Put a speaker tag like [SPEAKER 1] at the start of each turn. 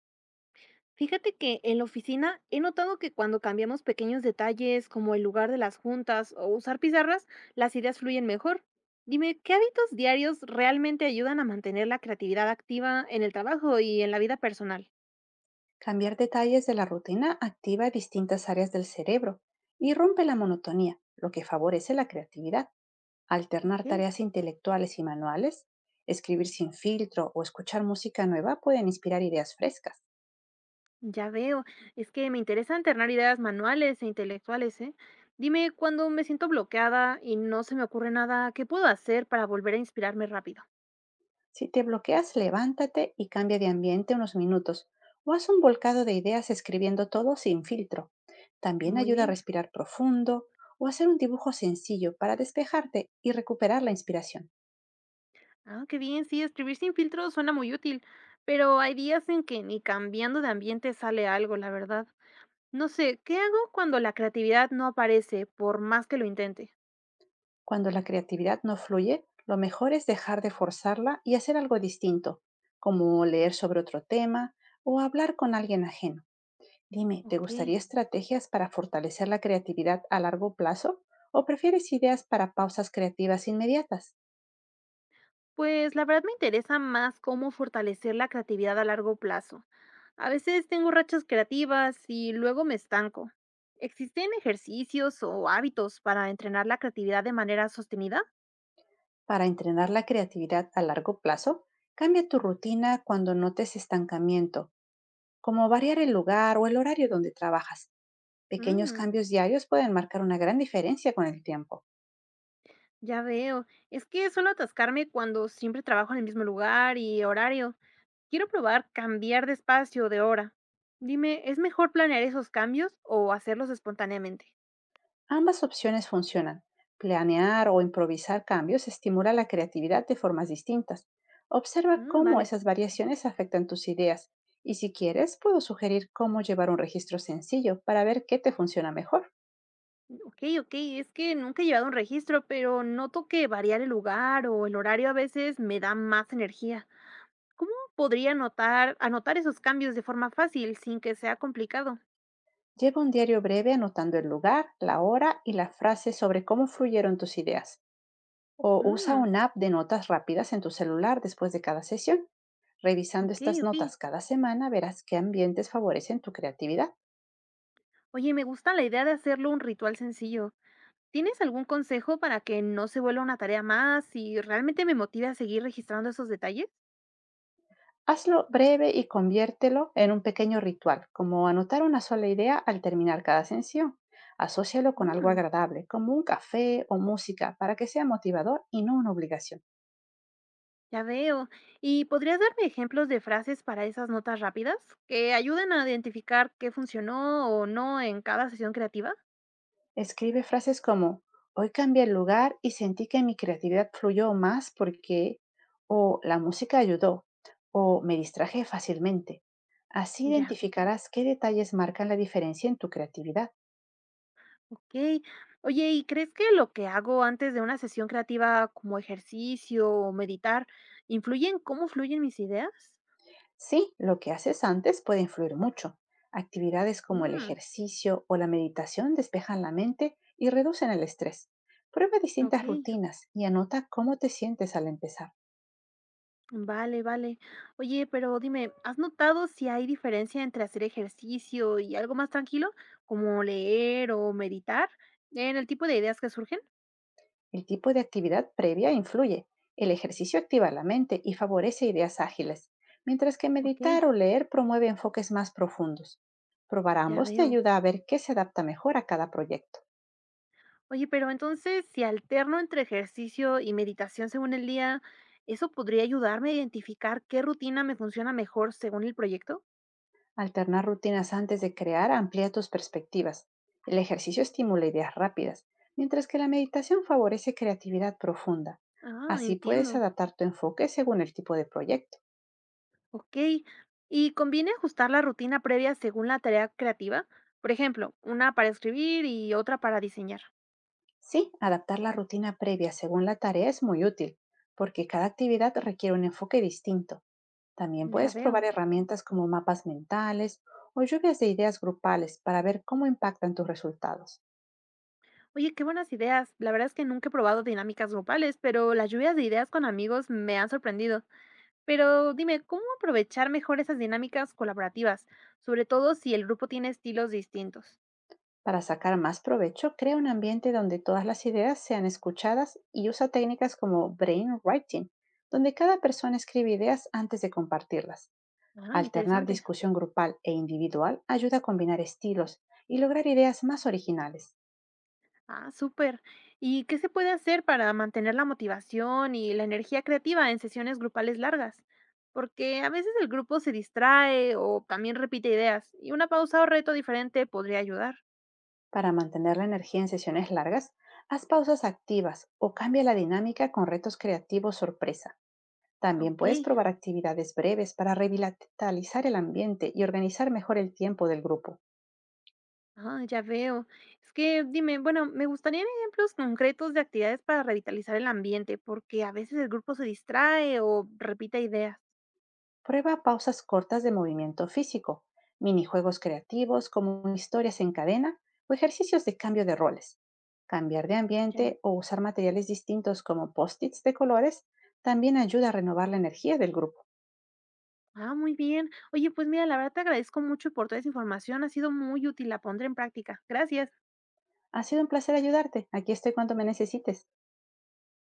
[SPEAKER 1] Fíjate que en la oficina he notado que cuando cambiamos pequeños detalles como el lugar de las juntas o usar pizarras, las ideas fluyen mejor. Dime, ¿qué hábitos diarios realmente ayudan a mantener la creatividad activa en el trabajo y en la vida personal?
[SPEAKER 2] Cambiar detalles de la rutina activa distintas áreas del cerebro y rompe la monotonía, lo que favorece la creatividad.
[SPEAKER 1] Ok,
[SPEAKER 2] Alternar tareas intelectuales y manuales, escribir sin filtro o escuchar música nueva pueden inspirar ideas frescas.
[SPEAKER 1] ya veo. Es que me interesa alternar ideas manuales e intelectuales, ¿eh? Dime, cuando me siento bloqueada y no se me ocurre nada, ¿qué puedo hacer para volver a inspirarme rápido?
[SPEAKER 2] Si te bloqueas, levántate y cambia de ambiente unos minutos o haz un volcado de ideas escribiendo todo sin filtro. También
[SPEAKER 1] Muy
[SPEAKER 2] ayuda a
[SPEAKER 1] bien.
[SPEAKER 2] respirar profundo o hacer un dibujo sencillo para despejarte y recuperar la inspiración.
[SPEAKER 1] Ah, qué bien, sí, escribir sin filtro suena muy útil, pero hay días en que ni cambiando de ambiente sale algo, la verdad. No sé, ¿qué hago cuando la creatividad no aparece por más que lo intente?
[SPEAKER 2] Cuando la creatividad no fluye, lo mejor es dejar de forzarla y hacer algo distinto, como leer sobre otro tema o hablar con alguien ajeno. Dime, ¿te
[SPEAKER 1] Ok,
[SPEAKER 2] gustaría estrategias para fortalecer la creatividad a largo plazo o prefieres ideas para pausas creativas inmediatas?
[SPEAKER 1] pues la verdad me interesa más cómo fortalecer la creatividad a largo plazo. A veces tengo rachas creativas y luego me estanco. ¿Existen ejercicios o hábitos para entrenar la creatividad de manera sostenida?
[SPEAKER 2] Para entrenar la creatividad a largo plazo, cambia tu rutina cuando notes estancamiento, como variar el lugar o el horario donde trabajas. Pequeños
[SPEAKER 1] Mm.
[SPEAKER 2] cambios diarios pueden marcar una gran diferencia con el tiempo.
[SPEAKER 1] Ya veo. Es que suelo atascarme cuando siempre trabajo en el mismo lugar y horario. Quiero probar cambiar de espacio o de hora. Dime, ¿es mejor planear esos cambios o hacerlos espontáneamente?
[SPEAKER 2] Ambas opciones funcionan. Planear o improvisar cambios estimula la creatividad de formas distintas. Observa
[SPEAKER 1] Mm,
[SPEAKER 2] cómo
[SPEAKER 1] vale.
[SPEAKER 2] esas variaciones afectan tus ideas y si quieres puedo sugerir cómo llevar un registro sencillo para ver qué te funciona mejor.
[SPEAKER 1] Ok, ok. Es que nunca he llevado un registro, pero noto que variar el lugar o el horario a veces me da más energía. ¿Cómo podría anotar esos cambios de forma fácil sin que sea complicado?
[SPEAKER 2] Lleva un diario breve anotando el lugar, la hora y la frase sobre cómo fluyeron tus ideas. O usa
[SPEAKER 1] Mm,
[SPEAKER 2] una app de notas rápidas en tu celular después de cada sesión. Revisando
[SPEAKER 1] ok,
[SPEAKER 2] estas
[SPEAKER 1] ok.
[SPEAKER 2] notas cada semana verás qué ambientes favorecen tu creatividad.
[SPEAKER 1] Oye, me gusta la idea de hacerlo un ritual sencillo. ¿Tienes algún consejo para que no se vuelva una tarea más y realmente me motive a seguir registrando esos detalles?
[SPEAKER 2] Hazlo breve y conviértelo en un pequeño ritual, como anotar una sola idea al terminar cada sesión. Asócialo con algo
[SPEAKER 1] Mm,
[SPEAKER 2] agradable, como un café o música, para que sea motivador y no una obligación.
[SPEAKER 1] ya veo. ¿Y podrías darme ejemplos de frases para esas notas rápidas que ayuden a identificar qué funcionó o no en cada sesión creativa?
[SPEAKER 2] Escribe frases como, hoy cambié el lugar y sentí que mi creatividad fluyó más porque, o la música ayudó, o me distraje fácilmente. Así
[SPEAKER 1] Ya,
[SPEAKER 2] identificarás qué detalles marcan la diferencia en tu creatividad.
[SPEAKER 1] ok. Oye, ¿y crees que lo que hago antes de una sesión creativa como ejercicio o meditar influye en cómo fluyen mis ideas?
[SPEAKER 2] Sí, lo que haces antes puede influir mucho. Actividades como el
[SPEAKER 1] Mm,
[SPEAKER 2] ejercicio o la meditación despejan la mente y reducen el estrés. Prueba
[SPEAKER 1] ok.
[SPEAKER 2] distintas rutinas y anota cómo te sientes al empezar.
[SPEAKER 1] Vale, vale. Oye, pero dime, ¿has notado si hay diferencia entre hacer ejercicio y algo más tranquilo, como leer o meditar, en el tipo de ideas que surgen?
[SPEAKER 2] El tipo de actividad previa influye. El ejercicio activa la mente y favorece ideas ágiles, mientras que
[SPEAKER 1] Ok,
[SPEAKER 2] meditar o leer promueve enfoques más profundos. Probar
[SPEAKER 1] ya
[SPEAKER 2] ambos te
[SPEAKER 1] veo.
[SPEAKER 2] ayuda a ver qué se adapta mejor a cada proyecto.
[SPEAKER 1] Oye, pero entonces, si alterno entre ejercicio y meditación según el día, ¿eso podría ayudarme a identificar qué rutina me funciona mejor según el proyecto?
[SPEAKER 2] Alternar rutinas antes de crear amplía tus perspectivas. El ejercicio estimula ideas rápidas, mientras que la meditación favorece creatividad profunda.
[SPEAKER 1] Ah,
[SPEAKER 2] Así puedes
[SPEAKER 1] entiendo.
[SPEAKER 2] adaptar tu enfoque según el tipo de proyecto.
[SPEAKER 1] Ok. ¿Y conviene ajustar la rutina previa según la tarea creativa? Por ejemplo, una para escribir y otra para diseñar.
[SPEAKER 2] Sí, adaptar la rutina previa según la tarea es muy útil, porque cada actividad requiere un enfoque distinto. También
[SPEAKER 1] Ya
[SPEAKER 2] puedes
[SPEAKER 1] veo.
[SPEAKER 2] probar herramientas como mapas mentales o lluvias de ideas grupales para ver cómo impactan tus resultados.
[SPEAKER 1] Oye, qué buenas ideas. La verdad es que nunca he probado dinámicas grupales, pero las lluvias de ideas con amigos me han sorprendido. Pero dime, ¿cómo aprovechar mejor esas dinámicas colaborativas? Sobre todo si el grupo tiene estilos distintos.
[SPEAKER 2] Para sacar más provecho, crea un ambiente donde todas las ideas sean escuchadas y usa técnicas como brainwriting, donde cada persona escribe ideas antes de compartirlas.
[SPEAKER 1] Ah,
[SPEAKER 2] Alternar
[SPEAKER 1] interesante.
[SPEAKER 2] discusión grupal e individual ayuda a combinar estilos y lograr ideas más originales.
[SPEAKER 1] Ah, súper. ¿Y qué se puede hacer para mantener la motivación y la energía creativa en sesiones grupales largas? Porque a veces el grupo se distrae o también repite ideas, y una pausa o reto diferente podría ayudar.
[SPEAKER 2] Para mantener la energía en sesiones largas, haz pausas activas o cambia la dinámica con retos creativos sorpresa. También
[SPEAKER 1] Ok.
[SPEAKER 2] puedes probar actividades breves para revitalizar el ambiente y organizar mejor el tiempo del grupo.
[SPEAKER 1] Ah, ya veo. Es que dime, bueno, me gustarían ejemplos concretos de actividades para revitalizar el ambiente, porque a veces el grupo se distrae o repite ideas.
[SPEAKER 2] Prueba pausas cortas de movimiento físico, minijuegos creativos como historias en cadena o ejercicios de cambio de roles. Cambiar de
[SPEAKER 1] Ya.
[SPEAKER 2] ambiente o usar materiales distintos como post-its de colores también ayuda a renovar la energía del grupo.
[SPEAKER 1] Ah, muy bien. Oye, pues mira, la verdad te agradezco mucho por toda esa información. Ha sido muy útil. La pondré en práctica. Gracias.
[SPEAKER 2] Ha sido un placer ayudarte. Aquí estoy cuando me necesites.